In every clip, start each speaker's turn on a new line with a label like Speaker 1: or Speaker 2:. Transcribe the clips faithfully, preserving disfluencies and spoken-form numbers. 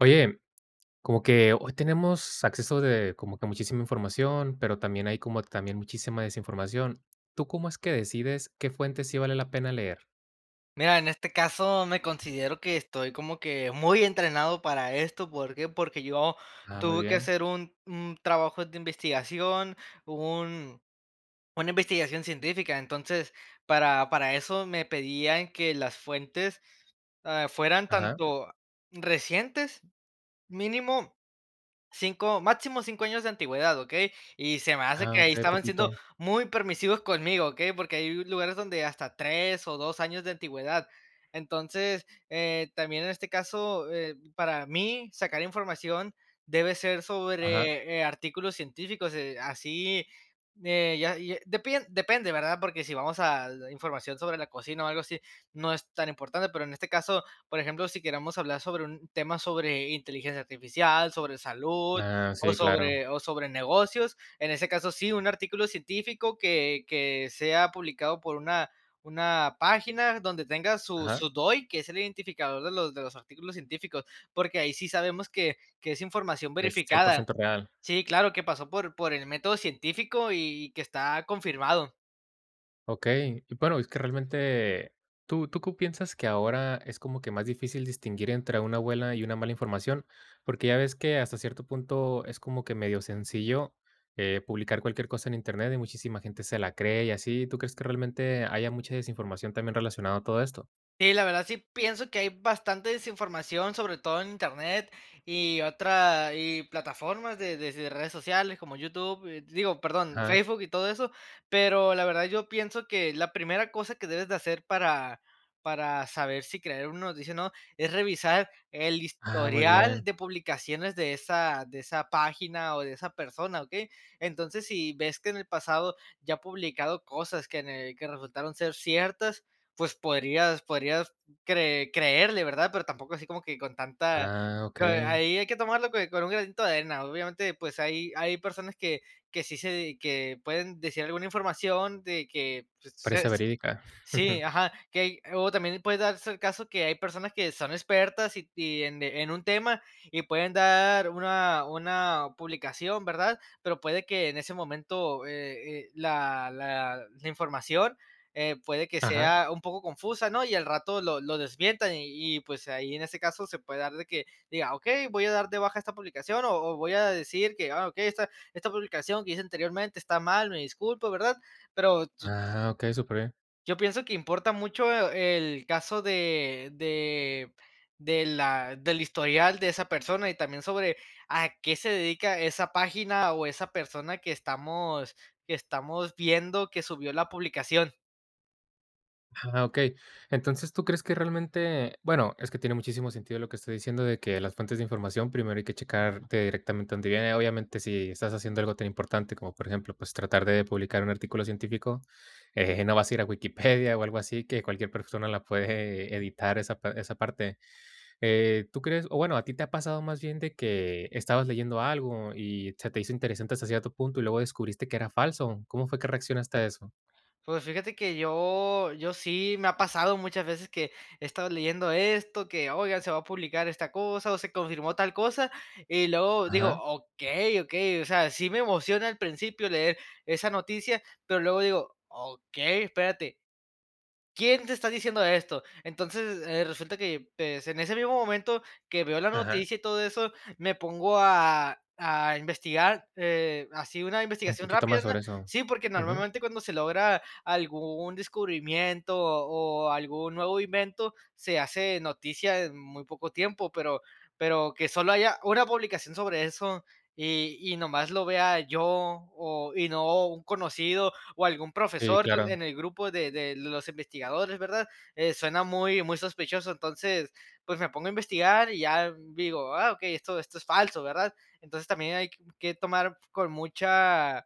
Speaker 1: Oye, como que hoy tenemos acceso de como que muchísima información, pero también hay como también muchísima desinformación. ¿Tú cómo es que decides qué fuentes sí vale la pena leer?
Speaker 2: Mira, en este caso me considero que estoy como que muy entrenado para esto. ¿Por qué? Porque yo
Speaker 1: Ah, muy
Speaker 2: tuve que
Speaker 1: bien.
Speaker 2: hacer un, un trabajo de investigación, un, una investigación científica. Entonces, para, para eso me pedían que las fuentes ah, fueran
Speaker 1: Ajá.
Speaker 2: tanto recientes, mínimo cinco máximo cinco años de antigüedad, ¿okey? Y se me hace que
Speaker 1: Ah,
Speaker 2: ahí
Speaker 1: okey,
Speaker 2: estaban siendo
Speaker 1: poquito.
Speaker 2: muy permisivos conmigo, ¿okey? Porque hay lugares donde hasta tres o dos años de antigüedad. Entonces, eh, también en este caso, eh, para mí, sacar información debe ser
Speaker 1: Ajá.
Speaker 2: sobre, eh, artículos científicos, eh, así, eh, ya ya depien depende, ¿verdad? Porque si vamos a la información sobre la cocina o algo así, no es tan importante, pero en este caso, por ejemplo, si queremos hablar sobre un tema sobre inteligencia artificial, sobre salud
Speaker 1: Ah,
Speaker 2: o
Speaker 1: sí, claro.
Speaker 2: sobre o sobre negocios, en ese caso sí, un artículo científico que que sea publicado por una una página donde tenga su
Speaker 1: Ajá.
Speaker 2: su D O I, que es el identificador de los de los artículos científicos, porque ahí sí sabemos que que es información
Speaker 1: Es cien por
Speaker 2: verificada.
Speaker 1: ciento real.
Speaker 2: Sí, claro, que pasó por por el método científico y y que está confirmado.
Speaker 1: Okey. Y bueno, es que realmente, ¿tú tú qué piensas que ahora es como que más difícil distinguir entre una buena y una mala información? Porque ya ves que hasta cierto punto es como que medio sencillo, eh, publicar cualquier cosa en Internet y muchísima gente se la cree y así. ¿Tú crees que realmente haya mucha desinformación también relacionada a todo esto?
Speaker 2: Sí, la verdad sí pienso que hay bastante desinformación, sobre todo en Internet y otra y plataformas de de de redes sociales como YouTube, eh, digo, perdón,
Speaker 1: Ajá.
Speaker 2: Facebook y todo eso, pero la verdad yo pienso que la primera cosa que debes de hacer para para saber si creer una noticia o no, es revisar el
Speaker 1: Ah, muy
Speaker 2: historial
Speaker 1: bien.
Speaker 2: de publicaciones de esa de esa página o de esa persona, ¿ok? Entonces, si ves que en el pasado ya ha publicado cosas que en el que resultaron ser ciertas, pues podrías podrías cre creerle, ¿verdad? Pero tampoco así como que con tanta
Speaker 1: Ah,
Speaker 2: co
Speaker 1: okey.
Speaker 2: ahí hay que tomarlo co con un granito de arena. Obviamente, pues hay hay personas que que sí se que pueden decir alguna información de que, pues, se
Speaker 1: Parece verídica.
Speaker 2: Sí, ajá, que hay o también puede darse el caso que hay personas que son expertas y y en de en un tema y pueden dar una una publicación, ¿verdad? Pero puede que en ese momento, eh eh, la la la información, eh, puede que
Speaker 1: Ajá.
Speaker 2: sea un poco confusa, ¿no? Y al rato lo lo desmientan y y, pues, ahí en ese caso se puede dar de que diga: "Okey, voy a dar de baja esta publicación", o o voy a decir que: "Ah, okey, esta esta publicación que hice anteriormente está mal, me disculpo", ¿verdad? Pero
Speaker 1: Ah, okey, superbién.
Speaker 2: yo pienso que importa mucho eh, el caso de de de la del historial de esa persona y también sobre a qué se dedica esa página o esa persona que estamos que estamos viendo que subió la publicación.
Speaker 1: Ah, okey. Entonces, ¿tú crees que realmente? Bueno, es que tiene muchísimo sentido lo que estoy diciendo de que las fuentes de información primero hay que checar de directamente dónde viene. Obviamente, si estás haciendo algo tan importante como, por ejemplo, pues, tratar de publicar un artículo científico, eh, no vas a ir a Wikipedia o algo así, que cualquier persona la puede editar esa pa esa parte. Eh, ¿tú crees? O bueno, ¿a ti te ha pasado más bien de que estabas leyendo algo y se te hizo interesante hasta cierto punto y luego descubriste que era falso? ¿Cómo fue que reaccionaste a eso?
Speaker 2: Pues fíjate que yo yo sí me ha pasado muchas veces que he estado leyendo esto, que oigan, se va a publicar esta cosa o se confirmó tal cosa, y luego digo:
Speaker 1: Ajá,
Speaker 2: "Okey, okey", o sea, sí me emociona al principio leer esa noticia, pero luego digo: "Okey, espérate, ¿quién te está diciendo esto?" Entonces, eh, resulta que, pues, en ese mismo momento que veo la
Speaker 1: ajá.
Speaker 2: noticia y todo eso, me pongo a a investigar, eh, así una
Speaker 1: Un
Speaker 2: investigación
Speaker 1: poquito
Speaker 2: rápida,
Speaker 1: más
Speaker 2: ¿no?
Speaker 1: sobre eso.
Speaker 2: Sí, porque
Speaker 1: Ujú.
Speaker 2: normalmente cuando se logra algún descubrimiento o o algún nuevo invento, se hace noticia en muy poco tiempo, pero pero que solo haya una publicación sobre eso y y nomás lo vea yo o y no un conocido o algún
Speaker 1: Sí,
Speaker 2: profesor don-
Speaker 1: claro.
Speaker 2: en el grupo de, de los investigadores, ¿verdad? Eh, suena muy, muy sospechoso, entonces pues me pongo a investigar y ya digo, ah, ok, esto, esto es falso, ¿verdad? Entonces también hay que tomar con mucha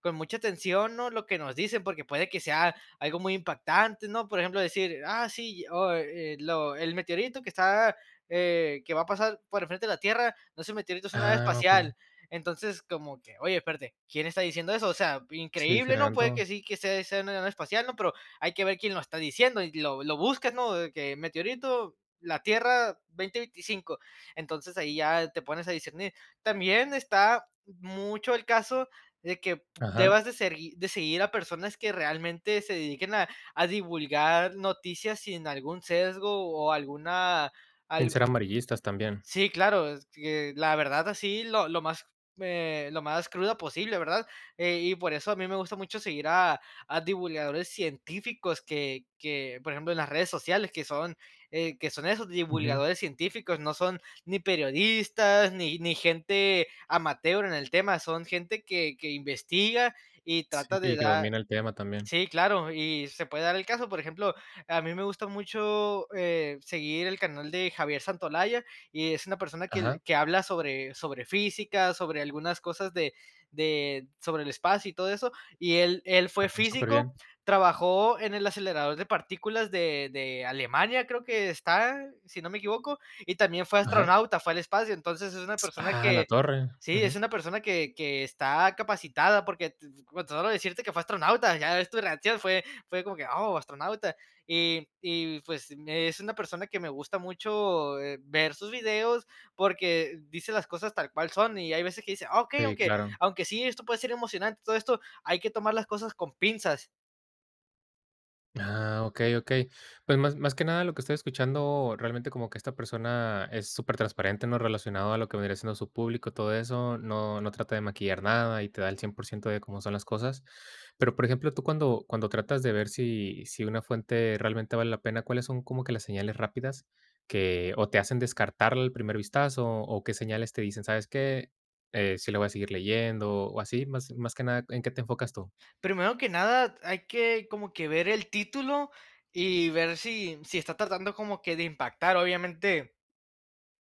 Speaker 2: con mucha atención, ¿no? Lo que nos dicen, porque puede que sea algo muy impactante, ¿no? Por ejemplo, decir, ah, sí, o eh, lo- el meteorito que está, eh, que va a pasar por enfrente de la Tierra, no es un meteorito, es una nave
Speaker 1: Ah, okey.
Speaker 2: espacial. Entonces, como que, oye, espérate, ¿quién está diciendo eso? O sea,
Speaker 1: Sí,
Speaker 2: increíble, ¿no? Puede
Speaker 1: generando
Speaker 2: que sí, que sea, sea una nave espacial, ¿no? Pero hay que ver quién lo está diciendo y lo, lo buscas, ¿no? De que meteorito, la Tierra veinte veinticinco. Entonces ahí ya te pones a discernir. También está mucho el caso de que
Speaker 1: ajá.
Speaker 2: debas de, sergui- de seguir a personas que realmente se dediquen a, a divulgar noticias sin algún sesgo o alguna,
Speaker 1: Sin ser amarillistas también.
Speaker 2: Sí, claro, es que la verdad así lo lo más, eh, lo más cruda posible, ¿verdad? Eh, y por eso a mí me gusta mucho seguir a a divulgadores científicos que que, por ejemplo, en las redes sociales, que son, eh, que son esos
Speaker 1: Ujú.
Speaker 2: divulgadores científicos, no son ni periodistas, ni ni gente amateur en el tema, son gente que que investiga y
Speaker 1: Sí,
Speaker 2: trata de
Speaker 1: y que
Speaker 2: dar
Speaker 1: domina el tema también.
Speaker 2: Sí, claro, y se puede dar el caso, por ejemplo, a mí me gusta mucho, eh, seguir el canal de Javier Santolaya, y es una persona que
Speaker 1: Ajá,
Speaker 2: que habla sobre sobre física, sobre algunas cosas de de sobre el espacio y todo eso, y él él fue
Speaker 1: ajá, súper
Speaker 2: físico,
Speaker 1: bien.
Speaker 2: trabajó en el acelerador de partículas de de Alemania, creo que está, si no me equivoco, y también fue
Speaker 1: Ajá.
Speaker 2: astronauta, fue al espacio, entonces es una persona
Speaker 1: Ah, la
Speaker 2: que
Speaker 1: torre.
Speaker 2: sí, es
Speaker 1: Ujú.
Speaker 2: una persona que que está capacitada porque con solo decirte que fue astronauta, ya ves tu reacción, fue, fue como que, oh, astronauta. Y, y pues es una persona que me gusta mucho eh, ver sus videos porque dice las cosas tal cual son y hay veces que dice, "Ah, ok,
Speaker 1: Sí,
Speaker 2: aunque,
Speaker 1: claro.
Speaker 2: aunque sí, esto puede ser emocionante, todo esto, hay que tomar las cosas con pinzas."
Speaker 1: Ah, okey, okey. Pues, más más que nada, lo que estoy escuchando, realmente, como que esta persona es súper transparente, ¿no? Relacionado a lo que vendría siendo su público, todo eso, no no trata de maquillar nada y te da el cien por ciento de cómo son las cosas. Pero, por ejemplo, tú cuando cuando tratas de ver si si una fuente realmente vale la pena, ¿cuáles son como que las señales rápidas que o te hacen descartarla al primer vistazo, o qué señales te dicen: "¿Sabes qué? Eh, sí la voy a seguir leyendo", o así, más más que nada, ¿en qué te enfocas tú?
Speaker 2: Primero que nada, hay que como que ver el título y ver si, si está tratando como que de impactar, obviamente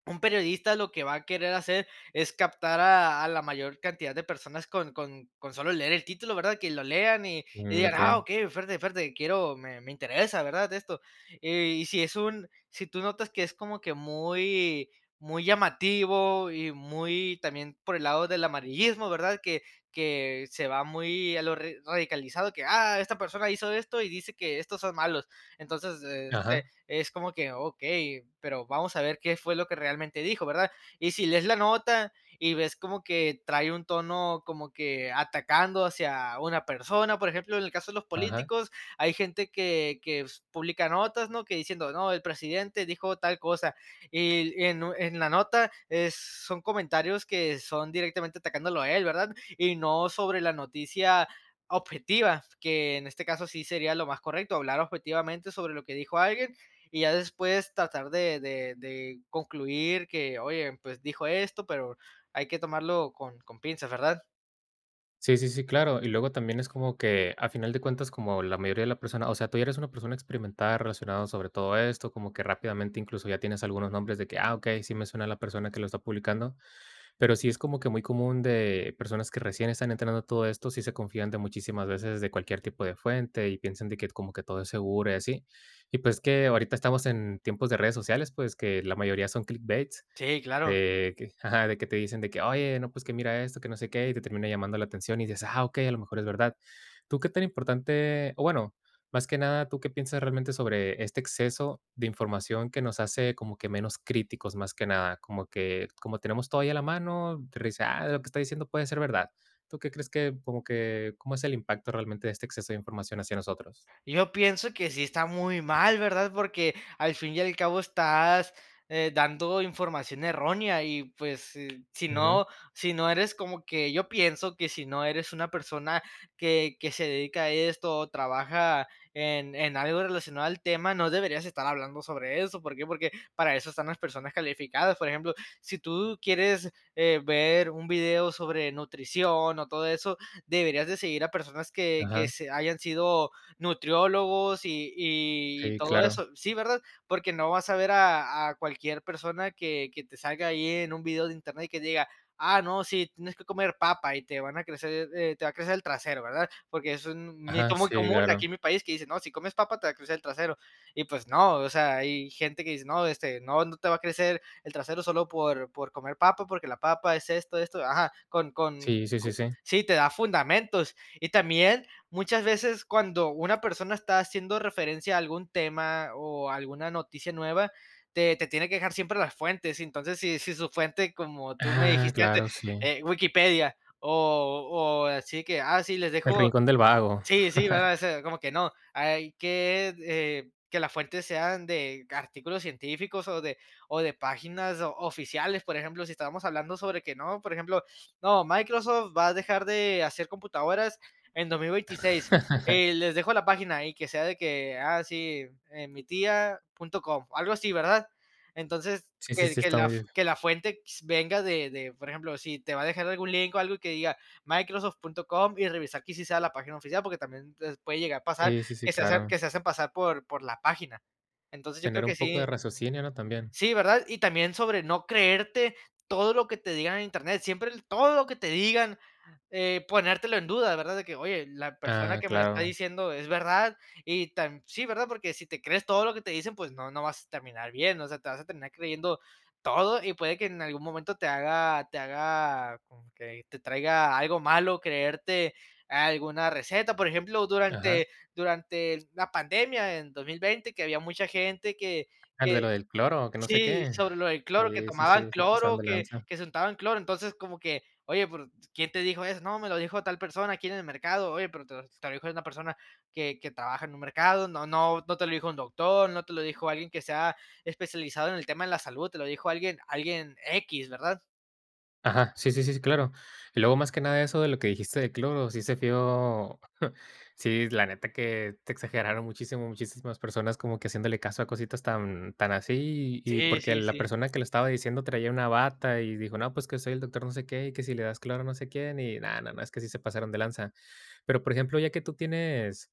Speaker 2: un periodista lo que va a querer hacer es captar a, a la mayor cantidad de personas con, con- con solo leer el título, ¿verdad? Que lo lean y, y
Speaker 1: Mm,
Speaker 2: digan, ah,
Speaker 1: okey.
Speaker 2: ok, fuerte, fuerte, quiero, me, me interesa, ¿verdad? Esto. Eh, y si es un, si tú notas que es como que muy, muy llamativo y muy también por el lado del amarillismo, ¿verdad? Que, que se va muy a lo re- radicalizado, que, ah, esta persona hizo esto y dice que estos son malos. Entonces, eh, te-
Speaker 1: Ajá,
Speaker 2: es como que, ok, pero vamos a ver qué fue lo que realmente dijo, ¿verdad? Y si lees la nota y ves como que trae un tono como que atacando hacia una persona, por ejemplo, en el caso de los
Speaker 1: ajá.
Speaker 2: políticos, hay gente que, que s- publica notas, ¿no? Que diciendo, no, el presidente dijo tal cosa. Y en, u- en la nota es, son comentarios que son directamente atacándolo a él, ¿verdad? Y no sobre la noticia objetiva, que en este caso sí sería lo más correcto, hablar objetivamente sobre lo que dijo alguien y ya después tratar de, de, de concluir que, oye, pues dijo esto, pero hay que tomarlo con, con pinzas, ¿verdad?
Speaker 1: Sí, sí, sí, claro. Y luego también es como que a final de cuentas, como la mayoría de la persona, o sea, tú ya eres una persona experimentada relacionado sobre todo esto, como que rápidamente incluso ya tienes algunos nombres de que, ah, ok, sí me suena la persona que lo está publicando, pero sí es como que muy común de personas que recién están entrando a todo esto, sí se confían de muchísimas veces de cualquier tipo de fuente y piensan de que como que todo es seguro y así. Y pues que ahorita estamos en tiempos de redes sociales, pues que la mayoría son clickbait
Speaker 2: Sí, claro.
Speaker 1: de que ajá, de que te dicen de que: "Oye, no, pues que mira esto, que no sé qué", y te termina llamando la atención y dices: "Ah, okey, a lo mejor es verdad". ¿Tú qué tan importante? O bueno, más que nada, ¿tú qué piensas realmente sobre este exceso de información que nos hace como que menos críticos, más que nada? Como que como tenemos todo ahí a la mano, te dice: "Ah, lo que está diciendo puede ser verdad". ¿Tú qué crees que como que cómo es el impacto realmente de este exceso de información hacia nosotros?
Speaker 2: Yo pienso que sí está muy mal, ¿verdad? Porque al fin y al cabo estás eh, dando información errónea y pues eh, si
Speaker 1: Ujú.
Speaker 2: no, si no eres como que yo pienso que si no eres una persona que, que se dedica a esto o trabaja en, en algo relacionado al tema, no deberías estar hablando sobre eso. ¿Por qué? Porque para eso están las personas calificadas. Por ejemplo, si tú quieres eh, ver un video sobre nutrición o todo eso, deberías de seguir a personas que, que
Speaker 1: Ajá.
Speaker 2: se hayan sido nutriólogos y y
Speaker 1: Sí,
Speaker 2: todo
Speaker 1: claro.
Speaker 2: eso. Sí, ¿verdad? Porque no vas a ver a a cualquier persona que que te salga ahí en un video de internet y que diga: "Ah, no, sí, tienes que comer papa y te van a crecer, eh, te va a crecer el trasero", ¿verdad? Porque es un
Speaker 1: Ajá,
Speaker 2: mito muy
Speaker 1: sí,
Speaker 2: común aquí
Speaker 1: claro.
Speaker 2: en mi país que dice: "No, si comes papa te va a crecer el trasero". Y pues no, o sea, hay gente que dice: "No, este, no, no te va a crecer el trasero solo por por comer papa, porque la papa es esto, esto". Ajá, con con
Speaker 1: Sí, sí,
Speaker 2: co
Speaker 1: sí, sí.
Speaker 2: sí, te da fundamentos. Y también muchas veces cuando una persona está haciendo referencia a algún tema o alguna noticia nueva, te, te tiene que dejar siempre las fuentes. Entonces, si, si su fuente, como tú me
Speaker 1: Ah,
Speaker 2: dijiste antes,
Speaker 1: claro, sí.
Speaker 2: eh, Wikipedia, o, o así que, ah, sí, les
Speaker 1: El
Speaker 2: dejo
Speaker 1: rincón del vago.
Speaker 2: Sí, sí, ¿verdad? O sea, como que no, hay que, eh, que las fuentes sean de artículos científicos o de, o de páginas o- oficiales, por ejemplo, si estábamos hablando sobre que no, por ejemplo, no, Microsoft va a dejar de hacer computadoras en dos mil veintiséis. Eh, les dejo la página y que sea de que, ah, sí, eh, mi tía punto com, algo así, ¿verdad? Entonces,
Speaker 1: Sí, sí,
Speaker 2: que,
Speaker 1: sí,
Speaker 2: que
Speaker 1: está
Speaker 2: la,
Speaker 1: muy bien.
Speaker 2: que la fuente venga de, de, por ejemplo, si te va a dejar algún link o algo que diga, microsoft punto com, y revisar que sí sea la página oficial, porque también les puede llegar a pasar
Speaker 1: Sí, sí, sí,
Speaker 2: que se, hacen
Speaker 1: claro.
Speaker 2: que se hacen pasar por, por la página. Entonces yo creo
Speaker 1: Tener
Speaker 2: que
Speaker 1: un poco
Speaker 2: sí.
Speaker 1: de raciocinio, ¿no? También.
Speaker 2: Sí, ¿verdad? Y también sobre no creerte todo lo que te digan en internet, siempre el todo lo que te digan, eh, ponértelo en duda, ¿verdad? De que, oye, la persona
Speaker 1: Ah,
Speaker 2: que me lo está
Speaker 1: claro.
Speaker 2: diciendo es verdad y tan sí, ¿verdad? Porque si te crees todo lo que te dicen, pues no, no vas a terminar bien, o sea, te vas a terminar creyendo todo y puede que en algún momento te haga te haga como que te traiga algo malo creerte alguna receta. Por ejemplo,
Speaker 1: Ajá.
Speaker 2: durante durante la pandemia en dos mil veinte que había mucha gente que
Speaker 1: Al de
Speaker 2: que
Speaker 1: lo del cloro, que no sé
Speaker 2: sí,
Speaker 1: qué.
Speaker 2: sobre lo del cloro, que
Speaker 1: Sí, sí,
Speaker 2: tomaban
Speaker 1: sí, se pasaron
Speaker 2: cloro,
Speaker 1: de
Speaker 2: que
Speaker 1: lanza.
Speaker 2: que se untaban cloro, entonces como que: "Oye, pero ¿quién te dijo eso?". "No, me lo dijo tal persona aquí en el mercado". "Oye, pero te lo te lo dijo una persona que que trabaja en un mercado, no no no te lo dijo un doctor, no te lo dijo alguien que sea especializado en el tema de la salud, te lo dijo alguien alguien X, ¿verdad?
Speaker 1: Ajá, sí, sí, sí, sí, claro. Y luego, más que nada, eso de lo que dijiste de cloro, sí se vio, sí, la neta que te exageraron muchísimo, muchísimas personas como que haciéndole caso a cositas tan, tan así, y
Speaker 2: Sí,
Speaker 1: porque
Speaker 2: sí,
Speaker 1: la
Speaker 2: sí.
Speaker 1: persona que lo estaba diciendo traía una bata y dijo, no, pues que soy el doctor no sé qué, y que si le das cloro no sé quién, y nada, nada, es que sí se pasaron de lanza. Pero, por ejemplo, ya que tú tienes,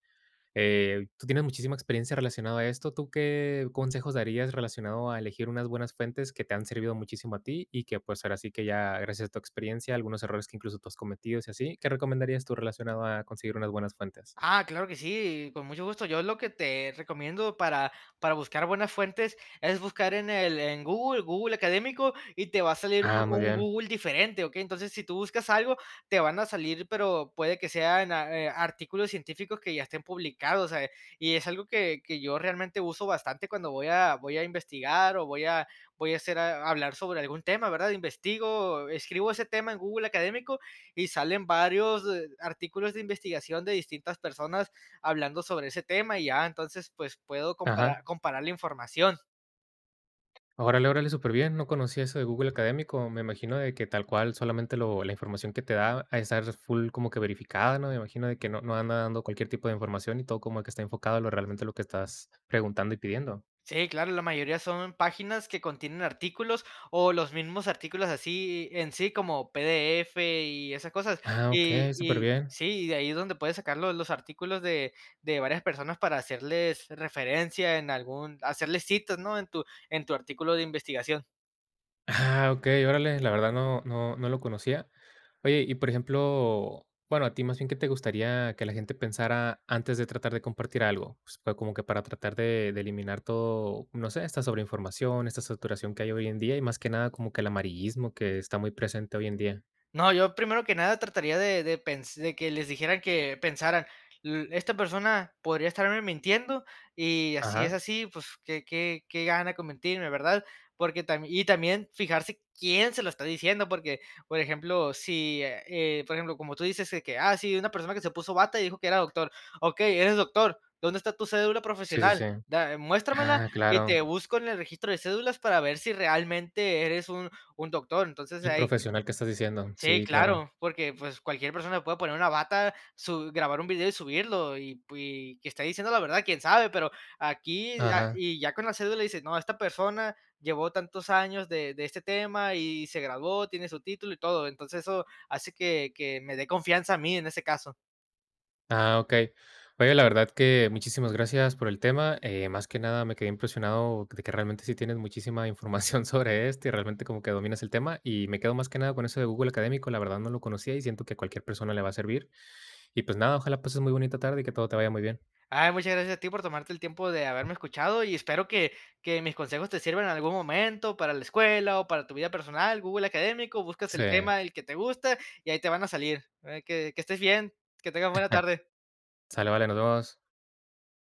Speaker 1: eh, tú tienes muchísima experiencia relacionado a esto. ¿Tú qué consejos darías relacionado a elegir unas buenas fuentes que te han servido muchísimo a ti y que pues ahora sí que ya gracias a tu experiencia, algunos errores que incluso tú has cometido y así, ¿qué recomendarías tú relacionado a conseguir unas buenas fuentes?
Speaker 2: Ah, claro que sí, con mucho gusto. Yo lo que te recomiendo para, para buscar buenas fuentes es buscar en el en Google, Google Académico, y te va a salir un,
Speaker 1: Ah, muy
Speaker 2: un
Speaker 1: bien.
Speaker 2: Google diferente, ¿ok? Entonces, si tú buscas algo, te van a salir, pero puede que sean a- eh, artículos científicos que ya estén publicados. eh, Y es algo que, que yo realmente uso bastante cuando voy a, voy a investigar o voy a, voy a hacer a- hablar sobre algún tema, ¿verdad? Investigo, escribo ese tema en Google Académico y salen varios eh, artículos de investigación de distintas personas hablando sobre ese tema y ya, entonces pues puedo comparar,
Speaker 1: Ajá.
Speaker 2: comparar la información.
Speaker 1: Órale, órale, súper bien. No conocía eso de Google Académico. Me imagino de que tal cual solamente lo, la información que te da a estar full como que verificada, ¿no? Me imagino de que no, no anda dando cualquier tipo de información y todo como que está enfocado a lo realmente lo que estás preguntando y pidiendo.
Speaker 2: Sí, claro, la mayoría son páginas que contienen artículos o los mismos artículos así en sí como P D F y esas cosas.
Speaker 1: Ah, ok,
Speaker 2: Y,
Speaker 1: súper
Speaker 2: y
Speaker 1: bien.
Speaker 2: sí, y de ahí es donde puedes sacar los, los artículos de, de varias personas para hacerles referencia en algún, hacerles citas, ¿no? En tu, en tu artículo de investigación.
Speaker 1: Ah, okey, órale, la verdad no no no lo conocía. Oye, y por ejemplo, bueno, a ti más bien, ¿que te gustaría que la gente pensara antes de tratar de compartir algo? Pues, fue como que para tratar de de eliminar todo, no sé, esta sobreinformación, esta saturación que hay hoy en día y más que nada como que el amarillismo que está muy presente hoy en día.
Speaker 2: No, yo primero que nada trataría de de pens de que les dijeran que pensaran, l esta persona podría estarme mintiendo y así es
Speaker 1: Ajá.
Speaker 2: así, pues, ¿qué qué qué gana con mentirme, ¿verdad? Porque también y también fijarse quién se lo está diciendo, porque, por ejemplo, si, eh, eh, por ejemplo, como tú dices de que, ah, sí, una persona que se puso bata y dijo que era doctor, okey, eres doctor, ¿dónde está tu cédula
Speaker 1: Sí, sí, sí.
Speaker 2: profesional? Da eh, muéstramela
Speaker 1: Ah,
Speaker 2: y
Speaker 1: claro.
Speaker 2: te busco en el registro de cédulas para ver si realmente eres un un doctor. Entonces,
Speaker 1: El
Speaker 2: ahí
Speaker 1: profesional que estás diciendo.
Speaker 2: sí,
Speaker 1: Sí, claro.
Speaker 2: claro, porque pues cualquier persona puede poner una bata, su grabar un video y subirlo y, y que está diciendo la verdad, quién sabe, pero aquí ah,
Speaker 1: Ajá.
Speaker 2: y ya con la cédula dices, no, esta persona llevó tantos años de de este tema y se graduó, tiene su título y todo. Entonces, eso hace que que me dé confianza a mí en ese caso.
Speaker 1: Ah, okey. Oye, la verdad que muchísimas gracias por el tema, eh, más que nada me quedé impresionado de que realmente sí tienes muchísima información sobre esto y realmente como que dominas el tema, y me quedo más que nada con eso de Google Académico, la verdad no lo conocía y siento que a cualquier persona le va a servir. Y pues nada, ojalá pases muy bonita tarde y que todo te vaya muy bien.
Speaker 2: Ay, muchas gracias a ti por tomarte el tiempo de haberme escuchado y espero que, que mis consejos te sirvan en algún momento para la escuela o para tu vida personal. Google Académico, buscas
Speaker 1: Sí.
Speaker 2: el tema, el que te gusta y ahí te van a salir. Eh, Que, que estés bien, que tengas buena tarde.
Speaker 1: Sale, vale, nos vemos.